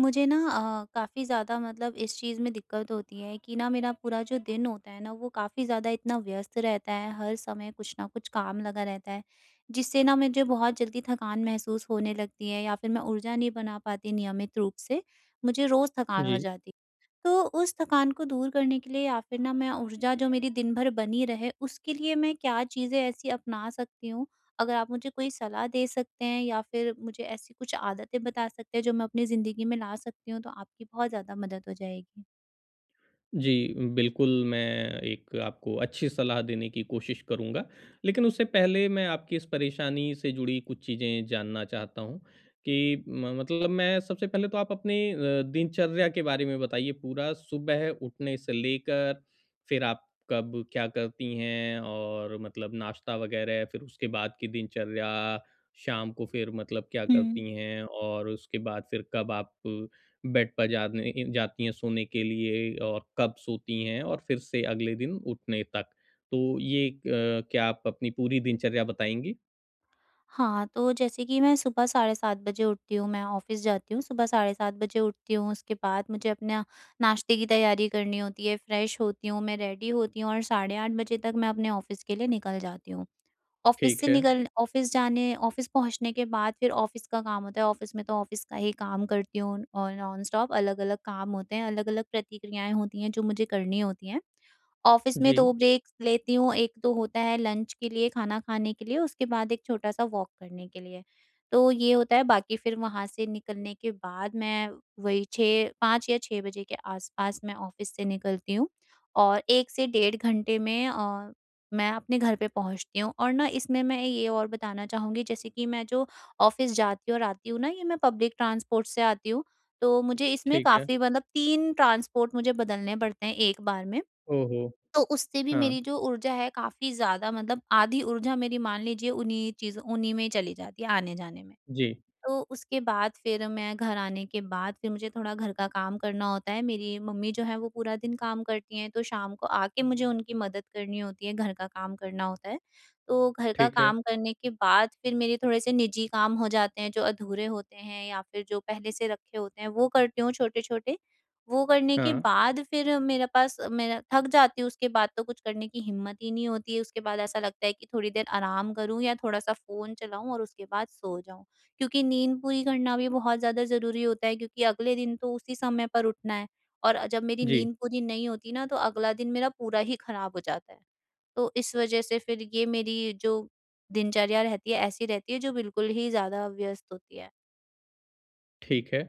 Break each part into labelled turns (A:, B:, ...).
A: मुझे ना काफ़ी ज़्यादा मतलब इस चीज़ में दिक्कत होती है कि ना मेरा पूरा जो दिन होता है ना, वो काफ़ी ज़्यादा इतना व्यस्त रहता है, हर समय कुछ ना कुछ काम लगा रहता है, जिससे ना मुझे बहुत जल्दी थकान महसूस होने लगती है या फिर मैं ऊर्जा नहीं बना पाती नियमित रूप से। मुझे रोज़ थकान हो
B: जी,
A: जाती है। तो उस थकान को दूर करने के लिए या फिर ना मैं ऊर्जा जो मेरी दिन भर बनी रहे, उसके लिए मैं क्या चीज़ें ऐसी अपना सकती हूँ? अगर आप मुझे कोई सलाह दे सकते हैं या फिर मुझे ऐसी कुछ आदतें बता सकते हैं जो मैं अपनी ज़िंदगी में ला सकती हूँ, तो आपकी बहुत ज़्यादा मदद हो जाएगी।
B: जी, बिल्कुल मैं एक आपको अच्छी सलाह देने की कोशिश करूँगा। लेकिन उससे पहले मैं आपकी इस परेशानी से जुड़ी कुछ चीज़ें जानना चाहता हूँ कि म मतलब मैं सबसे पहले तो आप अपने दिनचर्या के बारे में बताइए पूरा, सुबह उठने से लेकर फिर आप कब क्या करती हैं और मतलब नाश्ता वग़ैरह, फिर उसके बाद की दिनचर्या, शाम को फिर मतलब क्या
A: हुँ।
B: करती हैं और उसके बाद फिर कब आप बेड पर जाने जाती हैं सोने के लिए और कब सोती हैं और फिर से अगले दिन उठने तक। तो ये क्या आप अपनी पूरी दिनचर्या बताएँगी?
A: हाँ, तो जैसे कि मैं सुबह साढ़े 7 बजे उठती हूँ, मैं ऑफ़िस जाती हूँ, सुबह साढ़े 7 बजे उठती हूँ, उसके बाद मुझे अपना नाश्ते की तैयारी करनी होती है, फ्रेश होती हूँ, मैं रेडी होती हूँ और साढ़े 8 बजे तक मैं अपने ऑफ़िस के लिए निकल जाती हूँ। ऑफिस
B: ठीक
A: से
B: है।
A: निकल ऑफिस जाने ऑफिस पहुँचने के बाद फिर ऑफिस का काम होता है, ऑफिस में तो ऑफिस का ही काम करती हूँ और नॉन स्टॉप अलग-अलग काम होते हैं, अलग-अलग प्रतिक्रियाएँ होती हैं जो मुझे करनी होती हैं। ऑफिस में
B: जी,
A: 2 ब्रेक्स लेती हूँ, 1 तो होता है लंच के लिए, खाना खाने के लिए, उसके बाद एक छोटा-सा वॉक करने के लिए। तो ये होता है, बाकी फिर वहाँ से निकलने के बाद मैं वही 6, 5 या 6 बजे के आस-पास मैं ऑफिस से निकलती हूँ और 1 से 1.5 घंटे में मैं अपने घर पे पहुँचती हूँ। और ना इसमें मैं ये और बताना चाहूँगी, जैसे कि मैं जो ऑफिस जाती और आती हूँ ना, ये मैं पब्लिक ट्रांसपोर्ट से आती हूँ, तो मुझे इसमें
B: ठीक है।
A: काफ़ी मतलब 3 ट्रांसपोर्ट मुझे बदलने पड़ते हैं एक बार में।
B: ओहो!
A: तो उससे भी
B: हाँ,
A: मेरी जो ऊर्जा है काफ़ी ज़्यादा मतलब आधी ऊर्जा मेरी मान लीजिए उन्हीं में ही चली जाती है आने-जाने में।
B: जी,
A: तो उसके बाद फिर मैं घर आने के बाद फिर मुझे थोड़ा घर का काम करना होता है। मेरी मम्मी जो है वो पूरा दिन काम करती हैं, तो शाम को आके मुझे उनकी मदद करनी होती है, घर का काम करना होता है। तो घर का
B: ठीक है।
A: काम करने के बाद फिर मेरे थोड़े से निजी काम हो जाते हैं जो अधूरे होते हैं या फिर जो पहले से रखे होते हैं, वो करती हूँ छोटे-छोटे। वो करने के
B: हाँ,
A: बाद फिर मेरे पास मेरा थक जाती हूँ उसके बाद तो कुछ करने की हिम्मत ही नहीं होती है। उसके बाद ऐसा लगता है कि थोड़ी देर आराम करूँ या थोड़ा-सा फ़ोन चलाऊँ और उसके बाद सो जाऊँ। क्योंकि नींद पूरी करना भी बहुत ज़्यादा ज़रूरी होता है, क्योंकि अगले दिन तो उसी समय पर उठना है और जब मेरी
B: जी।
A: नींद पूरी नहीं होती ना, तो अगला दिन मेरा पूरा ही खराब हो जाता है। तो इस वजह से फिर ये मेरी जो दिनचर्या रहती है ऐसी रहती है जो बिल्कुल ही ज़्यादा व्यस्त होती है।
B: ठीक है।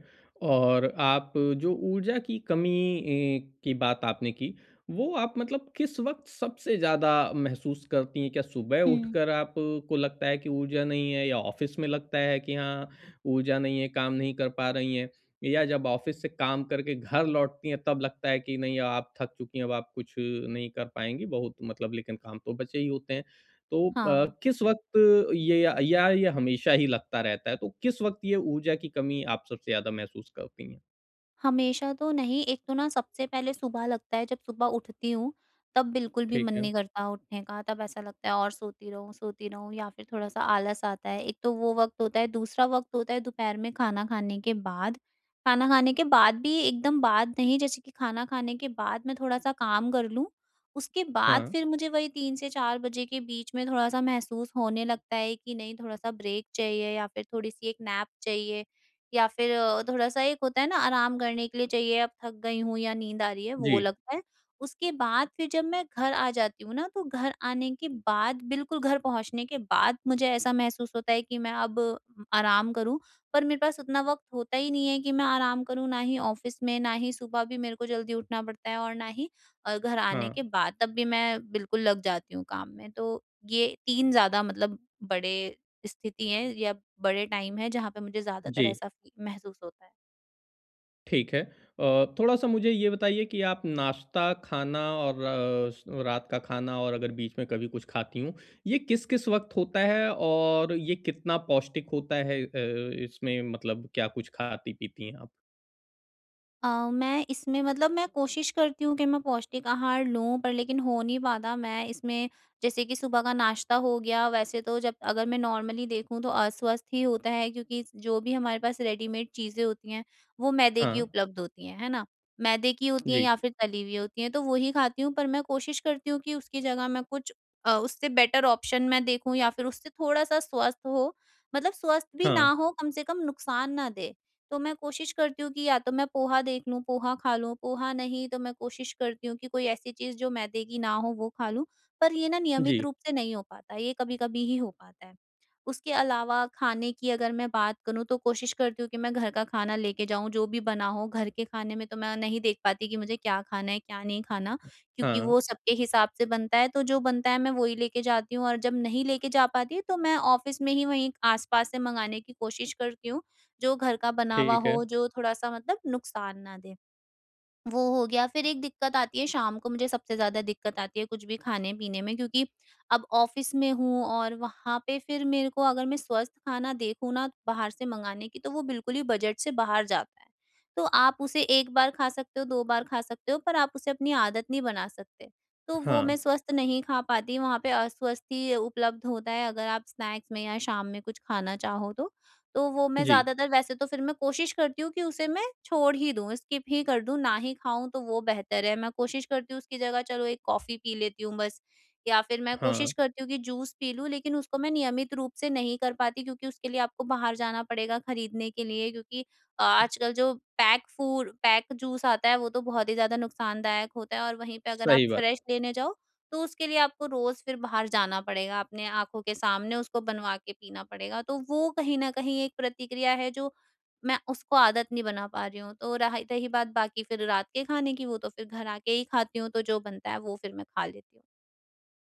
B: और आप जो ऊर्जा की कमी की बात आपने की, वो आप मतलब किस वक़्त सबसे ज़्यादा महसूस करती हैं? क्या सुबह
A: हुँ।
B: उठकर आपको लगता है कि ऊर्जा नहीं है या ऑफ़िस में लगता है कि हाँ, ऊर्जा नहीं है, काम नहीं कर पा रही हैं? या जब ऑफ़िस से काम करके घर लौटती हैं, तब लगता है कि नहीं, अब आप थक चुकी हैं, अब आप कुछ नहीं कर पाएँगी, बहुत मतलब लेकिन काम तो बचे ही होते हैं। तो
A: हाँ।
B: किस वक़्त ये या ये हमेशा ही लगता रहता है? तो किस वक़्त ये ऊर्जा की कमी आप सबसे ज़्यादा महसूस करती हैं?
A: हमेशा तो नहीं, एक तो ना सबसे पहले सुबह लगता है, जब सुबह उठती हूँ, तब बिल्कुल भी
B: ठीक
A: मन
B: है।
A: नहीं करता उठने का, तब ऐसा लगता है और सोती रहूँ या फिर थोड़ा-सा आलस आता है। एक तो वो वक़्त होता है, दूसरा वक़्त होता है दोपहर में खाना खाने के बाद। खाना खाने के बाद भी एकदम बाद नहीं, जैसे कि खाना खाने के बाद मैं थोड़ा-सा काम कर लूँ, उसके बाद
B: हाँ।
A: फिर मुझे वही 3 से 4 बजे के बीच में थोड़ा-सा महसूस होने लगता है कि नहीं, थोड़ा-सा ब्रेक चाहिए या फिर थोड़ी-सी एक नैप चाहिए। या फिर थोड़ा-सा एक होता है ना आराम करने के लिए चाहिए, अब थक गई हूँ या नींद आ रही है,
B: जी।
A: वो लगता है। उसके बाद फिर जब मैं घर आ जाती हूँ ना, तो घर पहुँचने के बाद मुझे ऐसा महसूस होता है कि मैं अब आराम करूँ, पर मेरे पास उतना वक़्त होता ही नहीं है कि मैं आराम करूँ, ना ही ऑफ़िस में, ना ही सुबह, भी मेरे को जल्दी उठना पड़ता है और ना ही घर
B: हाँ।
A: आने के बाद, तब भी मैं बिल्कुल लग जाती हूँ काम में। तो ये 3 ज़्यादा मतलब बड़े स्थिति है या बड़े टाइम है, जहाँ पे मुझे ज़्यादातर
B: जी।
A: ऐसा फी महसूस होता है।
B: ठीक है। थोड़ा-सा मुझे ये बताइए कि आप नाश्ता, खाना और अ, स रात का खाना और अगर बीच में कभी कुछ खाती हों, ये किस-किस वक़्त होता है और ये कितना पौष्टिक होता है? इसमें मतलब क्या कुछ खाती-पीती हैं आप?
A: अ, मैं इसमें मतलब मैं कोशिश करती हूँ कि मैं पौष्टिक आहार लूँ, पर लेकिन हो नहीं पाता। मैं इसमें जैसे कि सुबह का नाश्ता हो गया, वैसे तो जब अगर मैं नॉर्मली देखूँ तो अस्वस्थ ही होता है, क्योंकि जो भी हमारे पास रेडीमेड चीज़ें होती हैं, वो मैदे
B: हाँ।
A: की उपलब्ध होती हैं, है ना? मैदे की होती हैं
B: जी।
A: या फिर तली हुई होती हैं, तो वही खाती हूँ, पर मैं कोशिश करती हूँ कि उसकी जगह मैं कुछ उससे बेटर ऑप्शन मैं देखूँ या फिर उससे थोड़ा-सा स्वस्थ हो। मतलब स्वस्थ भी
B: हाँ।
A: ना हो, कम से कम नुकसान ना दे। तो मैं कोशिश करती हूँ कि या तो मैं पोहा देख लूँ, पोहा खा लूँ, पोहा नहीं तो मैं कोशिश करती हूँ कि कोई ऐसी चीज़ जो मैदे की ना हो वो खा लूँ। पर ये ना नियमित
B: जी।
A: रूप से नहीं हो पाता, ये कभी-कभी ही हो पाता है। उसके अलावा खाने की अगर मैं बात करूँ तो कोशिश करती हूँ कि मैं घर का खाना लेके जाऊँ, जो भी बना हो। घर के खाने में तो मैं नहीं देख पाती कि मुझे क्या खाना है, क्या नहीं खाना, क्योंकि
B: हाँ।
A: वो सबके हिसाब से बनता है, तो जो बनता है मैं वही लेके जाती हूँ और जब नहीं लेके जा पाती तो मैं ऑफ़िस में ही वहीं आस-पास से मँगाने की कोशिश करती हूँ। जो घर का बना हुआ
B: ठीक है।
A: हो, जो थोड़ा-सा मतलब नुकसान ना दे। वो हो गया, फिर एक दिक्कत आती है शाम को, मुझे सबसे ज़्यादा दिक्कत आती है कुछ भी खाने-पीने में, क्योंकि अब ऑफ़िस में हूँ और वहाँ पे फिर मेरे को अगर मैं स्वस्थ खाना देखूँ ना बाहर से मँगाने की तो वो बिल्कुल ही बजट से बाहर जाता है। तो आप उसे 1 बार खा सकते हो, 2 बार खा सकते हो, पर आप उसे अपनी आदत नहीं बना सकते। तो वो
B: हाँ।
A: मैं स्वस्थ नहीं खा पाती, वहाँ पे अस्वस्थ ही उपलब्ध होता है अगर आप स्नैक्स में या शाम में कुछ खाना चाहो तो। तो वो मैं
B: जी।
A: ज़्यादातर वैसे तो फिर मैं कोशिश करती हूँ कि उसे मैं छोड़ ही दूँ, स्किप ही कर दूँ, ना ही खाऊँ तो वो बेहतर है। मैं कोशिश करती हूँ उसकी जगह चलो एक कॉफ़ी पी लेती हूँ बस, या फिर मैं कोशिश
B: हाँ,
A: करती हूँ कि जूस पी लूँ, लेकिन उसको मैं नियमित रूप से नहीं कर पाती, क्योंकि उसके लिए आपको बाहर जाना पड़ेगा खरीदने के लिए, क्योंकि आजकल जो पैक जूस आता है वो तो बहुत ही ज़्यादा नुकसानदायक होता है और वहीं पे अगर आप
B: सही बात,
A: फ्रेश लेने जाओ तो उसके लिए आपको रोज़ फिर बाहर जाना पड़ेगा, अपने आँखों के सामने उसको बनवा के पीना पड़ेगा। तो वो कहीं न कहीं एक प्रतिक्रिया है जो मैं उसको आदत नहीं बना पा रही हूँ। तो रहा रही बात बाकी फिर रात के खाने की, वो तो फिर घर आके ही खाती हूँ, तो जो बनता है वो फिर मैं खा लेती हूँ।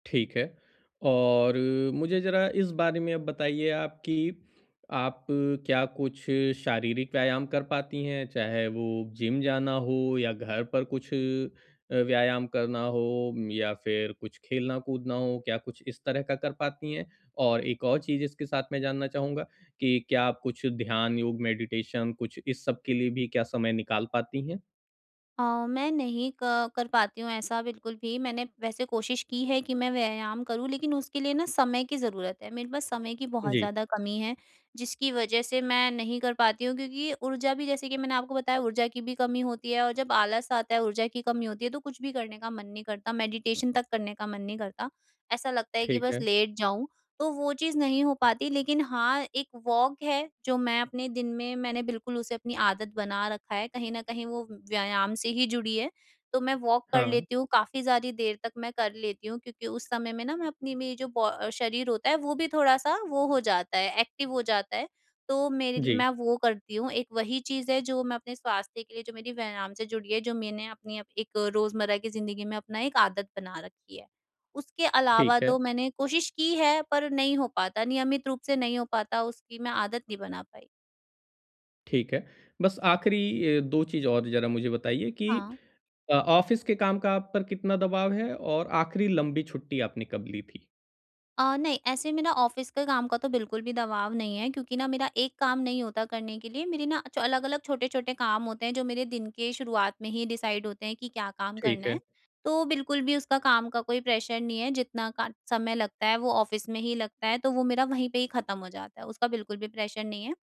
B: ठीक है और मुझे ज़रा इस बारे में अब बताइए आप कि आप क्या कुछ शारीरिक व्यायाम कर पाती हैं? चाहे वो जिम जाना हो या घर पर कुछ व्यायाम करना हो या फिर कुछ खेलना-कूदना हो, क्या कुछ इस तरह का कर पाती हैं? और एक और चीज़ इसके साथ मैं जानना चाहूँगा कि क्या आप कुछ ध्यान, योग, मेडिटेशन कुछ इस सब के लिए भी क्या समय निकाल पाती हैं?
A: अ, मैं नहीं क कर पाती हूँ ऐसा बिल्कुल भी। मैंने वैसे कोशिश की है कि मैं व्यायाम करूँ, लेकिन उसके लिए ना समय की ज़रूरत है। मेरे पास समय की बहुत
B: जी,
A: ज़्यादा कमी है, जिसकी वज़ह से मैं नहीं कर पाती हूँ, क्योंकि ऊर्जा भी, जैसे कि मैंने आपको बताया, ऊर्जा की भी कमी होती है और जब आलस आता है, ऊर्जा की कमी होती है तो कुछ भी करने का मन नहीं करता, मेडिटेशन तक करने का मन नहीं करता। ऐसा लगता है कि
B: ठीक
A: बस
B: है।
A: लेट जाऊँ, तो वो चीज़ नहीं हो पाती, लेकिन हाँ, एक वॉक है जो मैं अपने दिन में मैंने बिल्कुल उसे अपनी आदत बना रखा है, कहीं न कहीं वो व्यायाम से ही जुड़ी है। तो मैं वॉक कर
B: हाँ,
A: लेती हूँ, काफ़ी सारी देर तक मैं कर लेती हूँ, क्योंकि उस समय में ना मैं अपनी मेरी जो शरीर होता है वो भी थोड़ा-सा वो हो जाता है, एक्टिव हो जाता है। तो मेरे
B: जी,
A: मैं वो करती हूँ, एक वही चीज़ है जो मैं अपने स्वास्थ्य के लिए, जो मेरी व्यायाम से जुड़ी है, जो मैंने एक रोज़मर्रा की ज़िंदगी में अपना एक आदत बना रखी है। उसके अलावा
B: ठीक है।
A: तो मैंने कोशिश की है पर नहीं हो पाता, नियमित रूप से नहीं हो पाता, उसकी मैं आदत नहीं बना पाई।
B: ठीक है। बस आखिरी 2 चीज़ और ज़रा मुझे बताइए कि
A: हाँ,
B: ऑफ़िस के काम का आप पर कितना दबाव है और आखिरी लंबी छुट्टी आपने कब ली थी?
A: नहीं ऐसे मेरा ऑफ़िस के काम का तो बिल्कुल भी दबाव नहीं है, क्योंकि ना मेरा एक काम नहीं होता करने के लिए, मेरे ना च अलग-अलग छोटे-छोटे काम होते हैं जो मेरे दिन के शुरुआत में ही डिसाइड होते हैं कि क्या काम
B: ठीक
A: करना
B: है।
A: है। तो बिल्कुल भी उसका काम का कोई प्रेशर नहीं है, जितना का समय लगता है वो ऑफ़िस में ही लगता है, तो वो मेरा वहीं पे ही खत्म हो जाता है, उसका बिल्कुल भी प्रेशर नहीं है।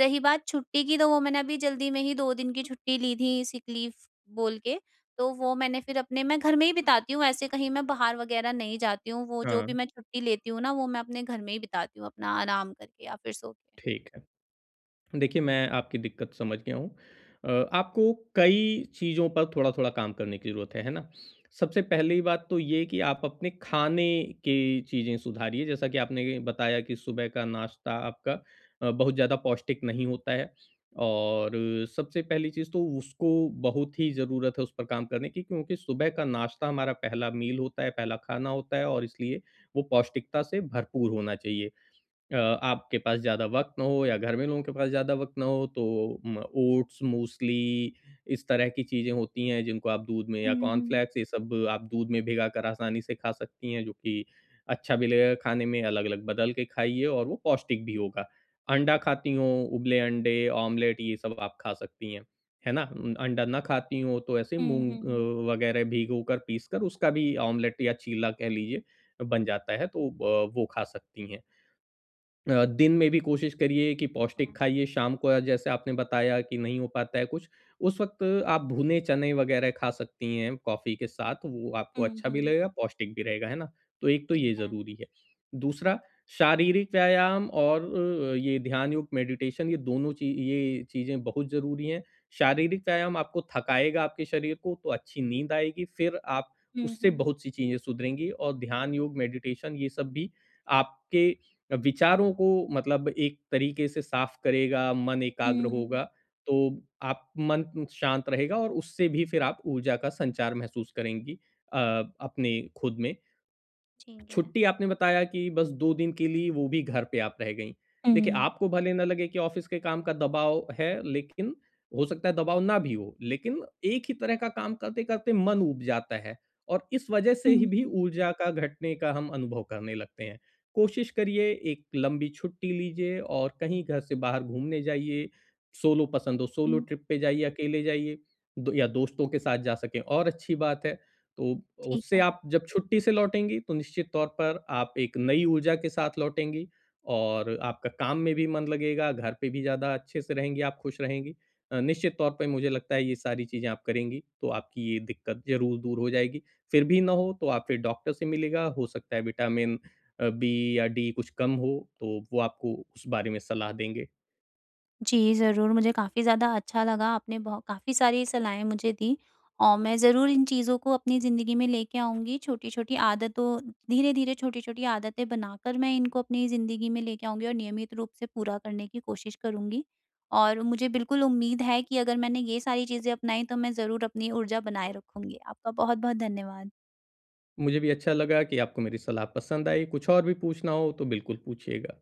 A: रही बात छुट्टी की, तो वो मैंने अभी जल्दी में ही 2 दिन की छुट्टी ली थी सिक लीव बोल के, तो वो मैंने फिर अपने मैं घर में ही बिताती हूँ, ऐसे कहीं मैं बाहर वग़ैरह नहीं जाती हूँ, वो जो
B: हाँ,
A: भी मैं छुट्टी लेती हूँ ना वो मैं अपने घर में ही बिताती हूँ अपना आराम करके या फिर सो के।
B: ठीक है। देखिए, मैं आपकी दिक्कत समझ गया हूँ। आपको कई चीज़ों पर थोड़ा-थोड़ा काम करने की ज़रूरत है ना? सबसे पहली बात तो ये कि आप अपने खाने की चीज़ें सुधारिए, जैसा कि आपने बताया कि सुबह का नाश्ता आपका बहुत ज़्यादा पौष्टिक नहीं होता है और सबसे पहली चीज़ तो उसको बहुत ही ज़रूरत है उस पर काम करने की क्योंकि सुबह का नाश्ता हमारा पहला मील होता है, पहला खाना होता है और इसलिए वो पौष्टिकता से भरपूर होना चाहिए। आपके पास ज़्यादा वक़्त ना हो या घर में लोगों के पास ज़्यादा वक़्त ना हो तो म ओट्स, मूसली इस तरह की चीज़ें होती हैं जिनको आप दूध में या
A: हुँ, हुँ।
B: कॉर्नफ्लेक्स ये सब आप दूध में भिगाकर आसानी से खा सकती हैं जो कि अच्छा भी लगेगा खाने में, अलग-अलग बदल के खाइए और वो पौष्टिक भी होगा। अंडा खाती हों, उबले अंडे, ऑमलेट ये सब आप खा सकती हैं, है ना? अंडा ना खाती हों तो ऐसे
A: हुँ,
B: मूँग
A: हुँ,
B: वगैरह भिगोकर पीसकर उसका भी ऑमलेट या चीला कह लीजिए बन जाता है तो वो खा सकती हैं। दिन में भी कोशिश करिए कि
A: क्या?
B: पौष्टिक
A: हुँ।
B: खाइए, शाम को जैसे आपने बताया कि नहीं हो पाता है कुछ, उस वक़्त आप भुने चने वग़ैरह खा सकती हैं कॉफ़ी के साथ, वो आपको
A: हुँ,
B: अच्छा भी
A: हुँ।
B: लगेगा, पौष्टिक भी रहेगा, है ना? तो एक तो
A: ठीक
B: ये
A: है।
B: ज़रूरी है। दूसरा शारीरिक व्यायाम और ये ध्यान योग मेडिटेशन ये दोनों ची ये चीज़ें बहुत ज़रूरी हैं। शारीरिक व्यायाम आपको थकाएगा आपके शरीर को, तो अच्छी नींद आएगी, फिर आप
A: हुँ,
B: उससे
A: हुँ।
B: बहुत सी चीज़ें सुधरेंगी और ध्यान योग मेडिटेशन ये सब भी आपके विचारों को मतलब एक तरीके से साफ करेगा, मन एकाग्र
A: हुँ,
B: होगा,
A: हुँ।
B: तो आप मन शांत रहेगा और उससे भी फिर आप ऊर्जा का संचार महसूस करेंगी अ, अपने खुद में।
A: ठीक है।
B: छुट्टी आपने बताया कि बस 2 दिन के लिए वो भी घर पे आप रह गईं। देखिए,
A: हुँ।
B: आपको भले ना लगे कि ऑफ़िस के काम का दबाव है, लेकिन हो सकता है दबाव ना भी हो, लेकिन एक ही तरह का काम करते-करते मन ऊब जाता है और इस वजह से
A: हुँ,
B: ही भी
A: हुँ।
B: ऊर्जा का घटने का हम अनुभव करने लगते हैं। कोशिश करिए एक लंबी छुट्टी लीजिए और कहीं घर से बाहर घूमने जाइए, सोलो पसंद हो सोलो
A: हुँ।
B: ट्रिप पे जाइए, अकेले जाइए, दो या दोस्तों के साथ जा सकें और अच्छी बात है। तो
A: ठीक
B: उससे
A: है।
B: आप जब छुट्टी से लौटेंगी तो निश्चित तौर पर आप एक नई ऊर्जा के साथ लौटेंगी और आपका काम में भी मन लगेगा, घर पे भी ज़्यादा अच्छे से रहेंगी, आप खुश रहेंगी। निश्चित तौर पे मुझे लगता है ये सारी चीज़ें आप करेंगी तो आपकी ये दिक्कत ज़रूर दूर हो जाएगी। फिर भी ना हो तो आप फिर डॉक्टर से मिलिएगा, हो सकता है विटामिन बी या डी कुछ कम हो तो वो आपको उस बारे में सलाह देंगे।
A: जी, ज़रूर, मुझे काफ़ी ज़्यादा अच्छा लगा, आपने बहु काफ़ी सारी सलाहें मुझे दी और मैं ज़रूर इन चीज़ों को अपनी ज़िंदगी में लेके आऊँगी, छोटी-छोटी आदतों धीरे-धीरे छोटी-छोटी आदतें बनाकर मैं इनको अपनी ज़िंदगी में लेके आऊँगी और नियमित रूप से पूरा करने की कोशिश करूँगी। और मुझे बिल्कुल उम्मीद है कि अगर मैंने ये सारी चीज़ें अपनाई, तो मैं ज़रूर अपनी ऊर्जा बनाए रखूँगी। आपका बहुत-बहुत धन्यवाद।
B: मुझे भी अच्छा लगा कि आपको मेरी सलाह पसंद आई, कुछ और भी पूछना हो तो बिल्कुल पूछिएगा।